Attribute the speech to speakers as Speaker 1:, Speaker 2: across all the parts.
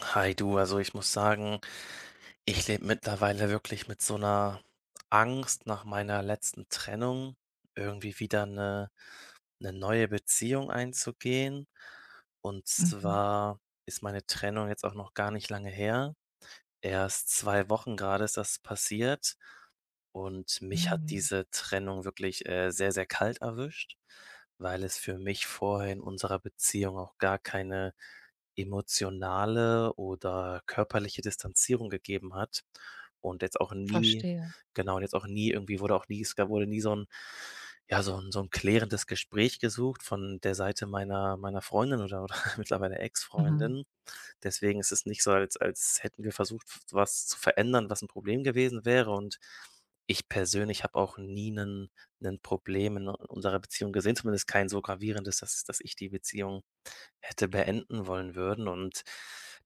Speaker 1: Hi du, also ich muss sagen, ich lebe mittlerweile wirklich mit so einer Angst nach meiner letzten Trennung, irgendwie wieder eine neue Beziehung einzugehen. Und
Speaker 2: Mhm,
Speaker 1: zwar ist meine Trennung jetzt auch noch gar nicht lange her. Erst zwei Wochen gerade ist das passiert. Und mich hat
Speaker 2: mhm.
Speaker 1: diese Trennung wirklich sehr, sehr kalt erwischt, weil es für mich vorher in unserer Beziehung auch gar keine emotionale oder körperliche Distanzierung gegeben hat und jetzt auch nie
Speaker 2: Verstehe.
Speaker 1: genau, und jetzt auch nie irgendwie wurde auch nie es gab wurde nie so ein ja, so ein klärendes Gespräch gesucht von der Seite meiner Freundin oder mittlerweile
Speaker 2: Mhm,
Speaker 1: Ex-Freundin. Deswegen ist es nicht so, als hätten wir versucht, was zu verändern, was ein Problem gewesen wäre. Und ich persönlich habe auch nie 'nen Problem in unserer Beziehung gesehen, zumindest kein so gravierendes, dass ich die Beziehung hätte beenden wollen würden. Und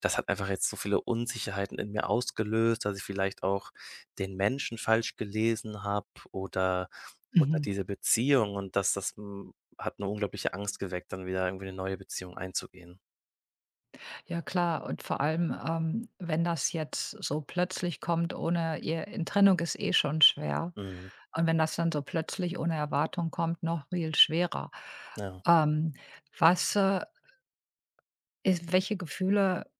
Speaker 1: das hat einfach jetzt so viele Unsicherheiten in mir ausgelöst, dass ich vielleicht auch den Menschen falsch gelesen habe oder
Speaker 2: mhm.
Speaker 1: diese Beziehung und das hat eine unglaubliche Angst geweckt, dann wieder irgendwie eine neue Beziehung einzugehen.
Speaker 2: Ja klar, und vor allem, wenn das jetzt so plötzlich kommt ohne ihr in Trennung ist eh schon schwer.
Speaker 1: Mhm.
Speaker 2: Und wenn das dann so plötzlich ohne Erwartung kommt, noch viel schwerer.
Speaker 1: Ja.
Speaker 2: Ähm, was, äh, Ist welche Gefühle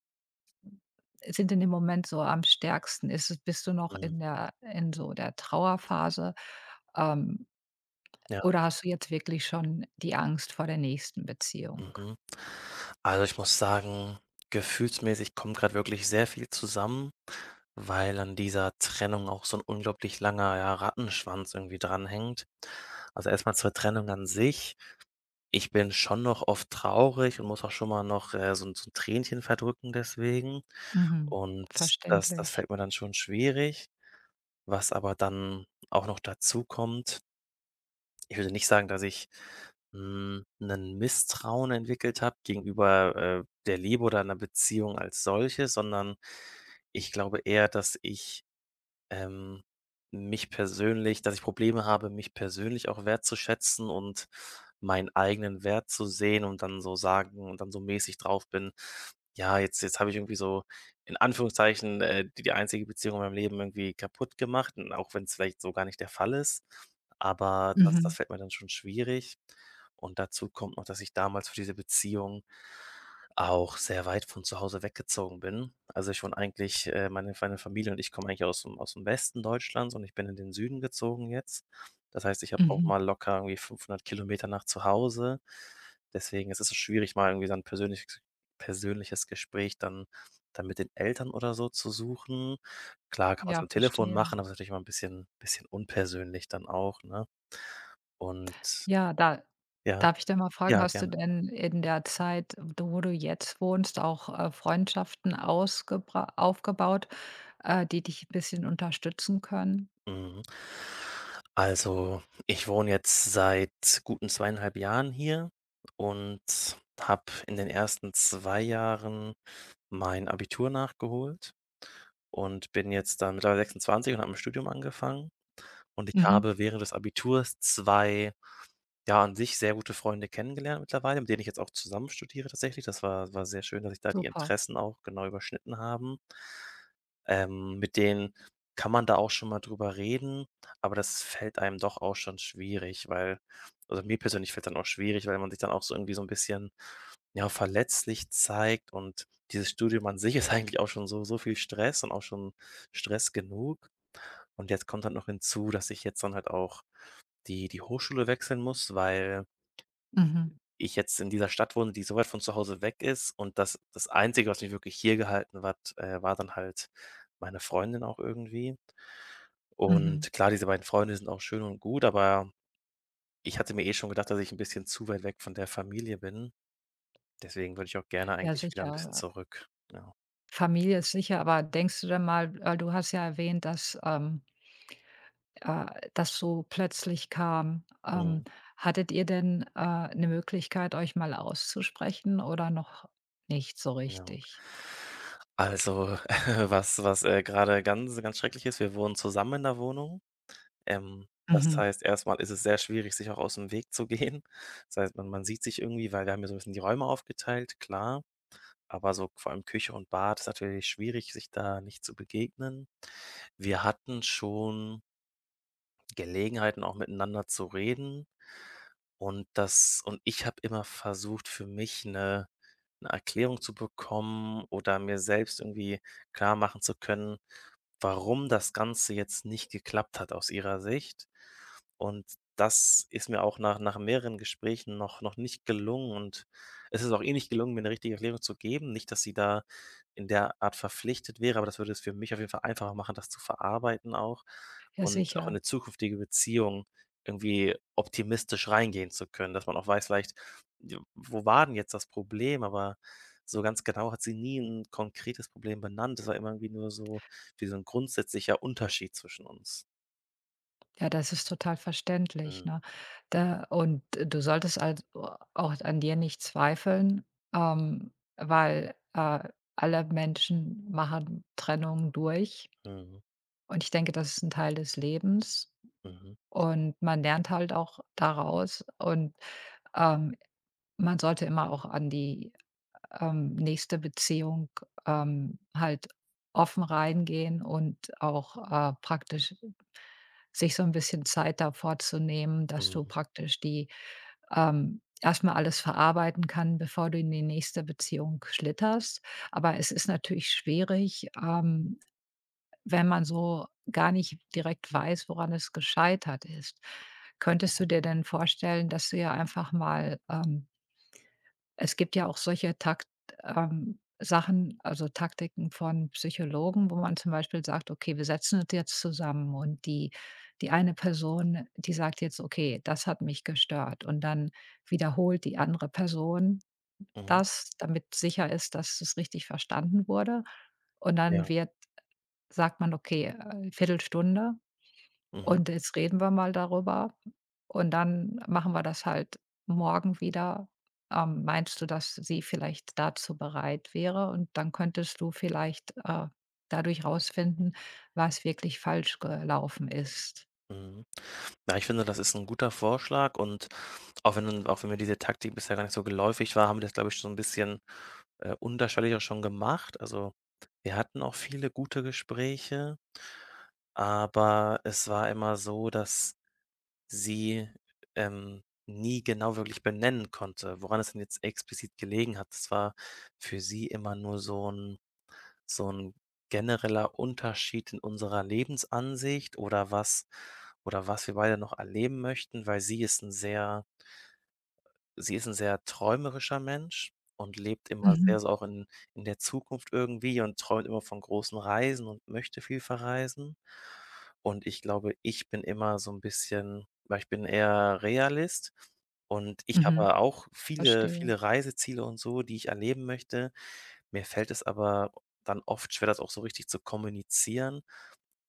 Speaker 2: sind in dem Moment so am stärksten? Ist es Bist du noch
Speaker 1: Mhm.
Speaker 2: in so der Trauerphase, ähm,
Speaker 1: Ja.
Speaker 2: oder hast du jetzt wirklich schon die Angst vor der nächsten Beziehung?
Speaker 1: Mhm. Also, ich muss sagen, gefühlsmäßig kommt gerade wirklich sehr viel zusammen, weil an dieser Trennung auch so ein unglaublich langer, ja, Rattenschwanz irgendwie dranhängt. Also, erstmal zur Trennung an sich. Ich bin schon noch oft traurig und muss auch schon mal noch, so ein so 'n Tränchen verdrücken deswegen.
Speaker 2: Mhm.
Speaker 1: Und das
Speaker 2: Verständlich.
Speaker 1: fällt mir dann schon schwierig. Was aber dann auch noch dazu kommt, ich würde nicht sagen, dass ich ein Misstrauen entwickelt habe gegenüber, der Liebe oder einer Beziehung als solches, sondern ich glaube eher, dass ich, ähm, mich persönlich, dass ich Probleme habe, mich persönlich auch wertzuschätzen und meinen eigenen Wert zu sehen und dann so sagen und dann so mäßig drauf bin: „Ja, jetzt habe ich irgendwie so in Anführungszeichen, die die einzige Beziehung in meinem Leben irgendwie kaputt gemacht“, und auch wenn es vielleicht so gar nicht der Fall ist. Aber das
Speaker 2: Mhm,
Speaker 1: fällt mir dann schon schwierig. Und dazu kommt noch, dass ich damals für diese Beziehung auch sehr weit von zu Hause weggezogen bin. Also, ich wohne eigentlich meine Familie und ich kommen eigentlich aus dem Westen Deutschlands und ich bin in den Süden gezogen jetzt. Das heißt, ich habe auch
Speaker 2: mhm.
Speaker 1: mal locker irgendwie 500 Kilometer nach zu Hause. Deswegen ist es so schwierig, mal irgendwie so ein persönliches Gespräch dann mit den Eltern oder so zu suchen. Klar, kann man's
Speaker 2: Ja,
Speaker 1: am Telefon
Speaker 2: verstehe.
Speaker 1: machen, aber es ist natürlich mal ein bisschen unpersönlich dann auch, ne? Und
Speaker 2: Ja, da
Speaker 1: ja,
Speaker 2: darf ich denn mal fragen,
Speaker 1: ja,
Speaker 2: hast du
Speaker 1: gerne.
Speaker 2: denn in der Zeit, wo du jetzt wohnst, auch, Freundschaften ausgebra aufgebaut, die dich ein bisschen unterstützen können?
Speaker 1: Mhm. Also, ich wohne jetzt seit guten 2,5 Jahren hier und habe in den ersten 2 Jahren mein Abitur nachgeholt und bin jetzt dann mittlerweile 26 und habe mein Studium angefangen. Und ich
Speaker 2: Mhm,
Speaker 1: habe während des Abiturs 2, ja, an sich sehr gute Freunde kennengelernt mittlerweile, mit denen ich jetzt auch zusammen studiere tatsächlich. Das war sehr schön, dass sich da die
Speaker 2: super.
Speaker 1: Interessen auch genau überschnitten haben. Mit denen kann man da auch schon mal drüber reden, aber das fällt einem doch auch schon schwierig, weil, also, mir persönlich fällt dann auch schwierig, weil man sich dann auch so irgendwie so ein bisschen, ja, verletzlich zeigt und dieses Studium an sich ist eigentlich auch schon so viel Stress und auch schon Stress genug. Und jetzt kommt halt noch hinzu, dass ich jetzt dann halt auch die Hochschule wechseln muss, weil
Speaker 2: Mhm,
Speaker 1: ich jetzt in dieser Stadt wohne, die so weit von zu Hause weg ist und das Einzige, was mich wirklich hier gehalten hat, war dann halt meine Freundin auch irgendwie.
Speaker 2: mhm.
Speaker 1: Und klar, diese beiden Freunde sind auch schön und gut, aber ich hatte mir eh schon gedacht, dass ich ein bisschen zu weit weg von der Familie bin. Deswegen würde ich auch gerne
Speaker 2: Ja,
Speaker 1: eigentlich wieder ein bisschen
Speaker 2: sicher.
Speaker 1: zurück. Ja.
Speaker 2: Familie ist sicher, aber denkst du denn mal, du hast ja erwähnt, dass, das so plötzlich kam.
Speaker 1: Mhm.
Speaker 2: Hattet ihr denn, 'ne Möglichkeit, euch mal auszusprechen oder noch nicht so
Speaker 1: Ja.
Speaker 2: richtig?
Speaker 1: Also, was grade ganz ganz schrecklich ist, wir wohnen zusammen in der Wohnung. Das
Speaker 2: Mhm.
Speaker 1: heißt, erstmal ist es sehr schwierig, sich auch aus dem Weg zu gehen. Das heißt, man sieht sich irgendwie, weil wir haben ja so ein bisschen die Räume aufgeteilt, klar, aber so vor allem Küche und Bad ist natürlich schwierig, sich da nicht zu begegnen. Wir hatten schon Gelegenheiten, auch miteinander zu reden und das und ich habe immer versucht, für mich eine 'ne Erklärung zu bekommen oder mir selbst irgendwie klar machen zu können, warum das Ganze jetzt nicht geklappt hat aus ihrer Sicht. Und das ist mir auch nach mehreren Gesprächen noch nicht gelungen und es ist auch ihr nicht gelungen, mir eine richtige Erklärung zu geben. Nicht, dass sie da in der Art verpflichtet wäre, aber das würde es für mich auf jeden Fall einfacher machen, das zu verarbeiten auch
Speaker 2: Ja,
Speaker 1: und auch in
Speaker 2: sicher.
Speaker 1: eine zukünftige Beziehung irgendwie optimistisch reingehen zu können, dass man auch weiß vielleicht, ja, wo war denn jetzt das Problem? Aber so ganz genau hat sie nie ein konkretes Problem benannt. Es war immer irgendwie nur so, wie so 'n grundsätzlicher Unterschied zwischen uns.
Speaker 2: Ja, das ist total verständlich,
Speaker 1: Mhm.
Speaker 2: ne? Da und du solltest also auch an dir nicht zweifeln, weil, alle Menschen machen Trennungen durch
Speaker 1: Mhm.
Speaker 2: und ich denke, das ist ein Teil des Lebens
Speaker 1: Mhm.
Speaker 2: und man lernt halt auch daraus ähm Man sollte immer auch an die, nächste Beziehung, halt offen reingehen und auch, praktisch sich so ein bisschen Zeit davor zu nehmen, dass du
Speaker 1: Mhm.
Speaker 2: praktisch die, erst alles verarbeiten kann, bevor du in die nächste Beziehung schlitterst. Aber es ist natürlich schwierig, wenn man so gar nicht direkt weiß, woran es gescheitert ist. Könntest du dir denn vorstellen, dass du ja einfach mal, es gibt ja auch solche Takt Sachen, also Taktiken von Psychologen, wo man zum Beispiel sagt: „Okay, wir setzen uns jetzt zusammen und die eine Person, die sagt jetzt: ‚Okay, das hat mich gestört.'" Und dann wiederholt die andere Person
Speaker 1: Mhm.
Speaker 2: das, damit sicher ist, dass es richtig verstanden wurde. Und dann
Speaker 1: Ja.
Speaker 2: wird sagt man: „Okay, Viertelstunde"
Speaker 1: Mhm.
Speaker 2: und jetzt reden wir mal darüber und dann machen wir das halt morgen wieder. Meinst du, dass sie vielleicht dazu bereit wäre? Und dann könntest du vielleicht, dadurch rausfinden, was wirklich falsch gelaufen ist.
Speaker 1: Mhm. Ja, ich finde, das ist 'n guter Vorschlag und auch wenn mir diese Taktik bisher gar nicht so geläufig war, haben wir das, glaube ich, so 'n bisschen, unterschwellig auch schon gemacht. Also, wir hatten auch viele gute Gespräche, aber es war immer so, dass sie, nie genau wirklich benennen konnte, woran es denn jetzt explizit gelegen hat. Das war für sie immer nur so 'n so ein genereller Unterschied in unserer Lebensansicht oder was wir beide noch erleben möchten, weil sie ist ein sehr träumerischer Mensch und lebt immer
Speaker 2: Mhm,
Speaker 1: sehr so auch in der Zukunft irgendwie und träumt immer von großen Reisen und möchte viel verreisen. Und ich glaube, ich bin immer so 'n bisschen, weil ich bin eher Realist und ich
Speaker 2: mhm.
Speaker 1: habe auch viele,
Speaker 2: Verstehe.
Speaker 1: viele Reiseziele und so, die ich erleben möchte. Mir fällt es aber dann oft schwer, das auch so richtig zu kommunizieren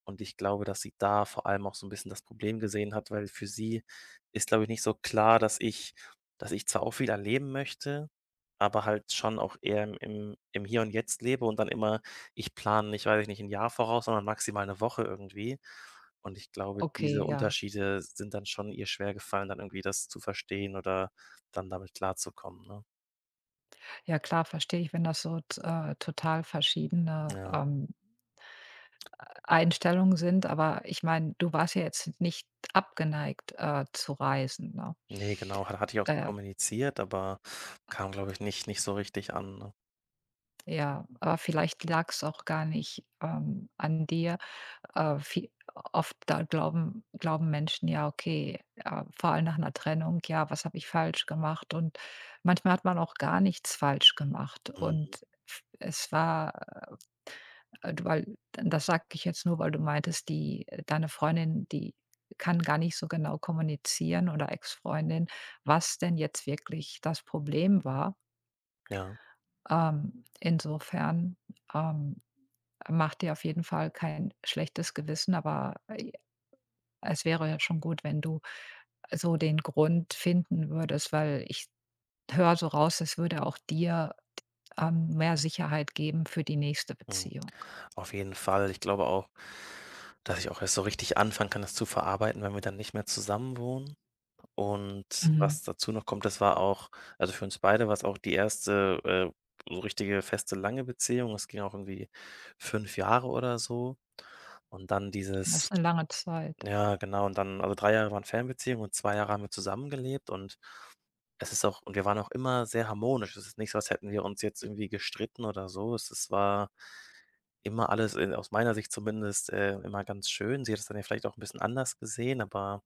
Speaker 1: und ich glaube, dass sie da vor allem auch so ein bisschen das Problem gesehen hat, weil für sie ist, glaube ich, nicht so klar, dass ich zwar auch viel erleben möchte, aber halt schon auch eher im Hier und Jetzt lebe und dann immer ich plane nicht, weiß ich nicht, ein Jahr voraus, sondern maximal eine Woche irgendwie. Und ich glaube, diese
Speaker 2: Okay, ja.
Speaker 1: Unterschiede sind dann schon ihr schwer gefallen, dann irgendwie das zu verstehen oder dann damit klarzukommen, ne?
Speaker 2: Ja klar, verstehe ich, wenn das so t total verschiedene,
Speaker 1: Ja.
Speaker 2: Einstellungen sind, aber ich meine, du warst ja jetzt nicht abgeneigt, zu reisen, ne?
Speaker 1: Ne, genau, hatte ich auch so
Speaker 2: Äh
Speaker 1: kommuniziert, aber kam, glaube ich, nicht so richtig an, ne?
Speaker 2: Ja, aber vielleicht lag es auch gar nicht, an dir. Vie Oft da glauben Menschen ja, okay, vor allem nach einer Trennung: „Ja, was habe ich falsch gemacht?" Und manchmal hat man auch gar nichts falsch gemacht.
Speaker 1: Mhm,
Speaker 2: Und f es war, du- weil das sage ich jetzt nur, weil du meintest, die deine Freundin, die kann gar nicht so genau kommunizieren oder Ex-Freundin, was denn jetzt wirklich das Problem war.
Speaker 1: ja,
Speaker 2: Insofern, ähm mach dir auf jeden Fall kein schlechtes Gewissen, aber, es wäre ja schon gut, wenn du so den Grund finden würdest, weil ich höre so raus, es würde auch dir, mehr Sicherheit geben für die nächste
Speaker 1: mhm.
Speaker 2: Beziehung.
Speaker 1: Auf jeden Fall. Ich glaube auch, dass ich auch erst so richtig anfangen kann, das zu verarbeiten, wenn wir dann nicht mehr zusammen wohnen. Und
Speaker 2: Mhm.
Speaker 1: was dazu noch kommt, das war auch, also, für uns beide war's auch die erste so richtige feste, lange Beziehung. Es ging auch irgendwie 5 Jahre oder so. Und dann
Speaker 2: Das
Speaker 1: dieses,
Speaker 2: ist eine lange Zeit.
Speaker 1: ja, genau. Und dann also 3 Jahre waren Fernbeziehung und 2 Jahre haben wir zusammengelebt und es ist auch und wir waren auch immer sehr harmonisch. Es ist nicht so, als hätten wir uns jetzt irgendwie gestritten oder so. Es war immer alles in aus meiner Sicht zumindest, immer ganz schön. Sie hat es dann ja vielleicht auch ein bisschen anders gesehen, aber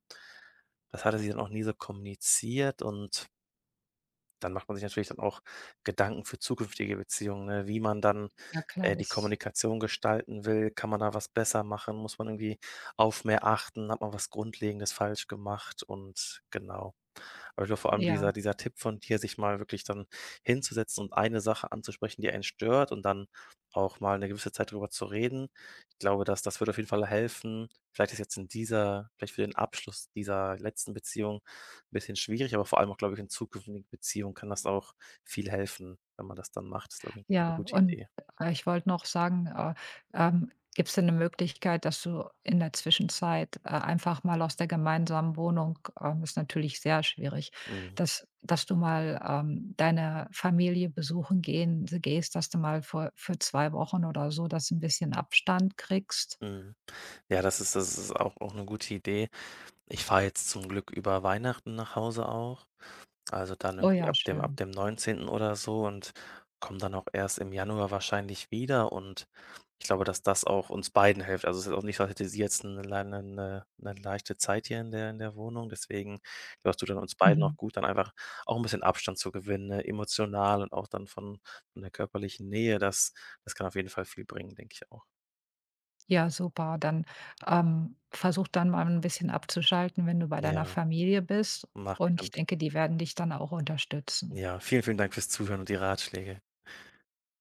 Speaker 1: das hatte sie dann auch nie so kommuniziert und dann macht man sich natürlich dann auch Gedanken für zukünftige Beziehungen, ne? Wie man dann,
Speaker 2: Ja klar,
Speaker 1: die
Speaker 2: das
Speaker 1: Kommunikation gestalten will. Kann man da was besser machen? Muss man irgendwie auf mehr achten? Hat man was Grundlegendes falsch gemacht? Und genau. Aber vor allem dieser
Speaker 2: ja.
Speaker 1: dieser Tipp von dir, sich mal wirklich dann hinzusetzen und eine Sache anzusprechen, die einen stört und dann auch mal eine gewisse Zeit darüber zu reden. Ich glaube, dass das würde auf jeden Fall helfen. Vielleicht ist jetzt in dieser, vielleicht für den Abschluss dieser letzten Beziehung 'n bisschen schwierig, aber vor allem auch, glaube ich, in zukünftigen Beziehungen kann das auch viel helfen, wenn man das dann macht. Das ist, glaube ich, 'ne
Speaker 2: Ja,
Speaker 1: gute
Speaker 2: und,
Speaker 1: Idee.
Speaker 2: ich wollte noch sagen, gibt's denn 'ne Möglichkeit, dass du in der Zwischenzeit, einfach mal aus der gemeinsamen Wohnung ist natürlich sehr schwierig,
Speaker 1: Mhm,
Speaker 2: dass du mal, deine Familie besuchen gehen gehst, dass du mal für 2 Wochen oder so, dass ein bisschen Abstand kriegst?
Speaker 1: mhm. Ja, das ist auch auch eine gute Idee. Ich fahre jetzt zum Glück über Weihnachten nach Hause auch. Also dann
Speaker 2: Oh
Speaker 1: irgendwie
Speaker 2: ja,
Speaker 1: ab
Speaker 2: schön.
Speaker 1: dem 19. oder so und komme dann auch erst im Januar wahrscheinlich wieder und ich glaube, dass das auch uns beiden hilft. Also, es ist auch nicht so, als hätte sie jetzt eine lei 'ne leichte Zeit hier in der Wohnung. Deswegen, das tut dann uns beiden auch
Speaker 2: Mhm.
Speaker 1: gut, dann einfach auch ein bisschen Abstand zu gewinnen, ne, emotional und auch dann von der körperlichen Nähe. Das kann auf jeden Fall viel bringen, denke ich auch.
Speaker 2: Ja, super. Dann, versuch dann mal ein bisschen abzuschalten, wenn du bei deiner
Speaker 1: Ja,
Speaker 2: Familie bist
Speaker 1: mache ich
Speaker 2: und ich
Speaker 1: und
Speaker 2: denke, die werden dich dann auch unterstützen.
Speaker 1: ja, vielen, vielen Dank fürs Zuhören und die Ratschläge.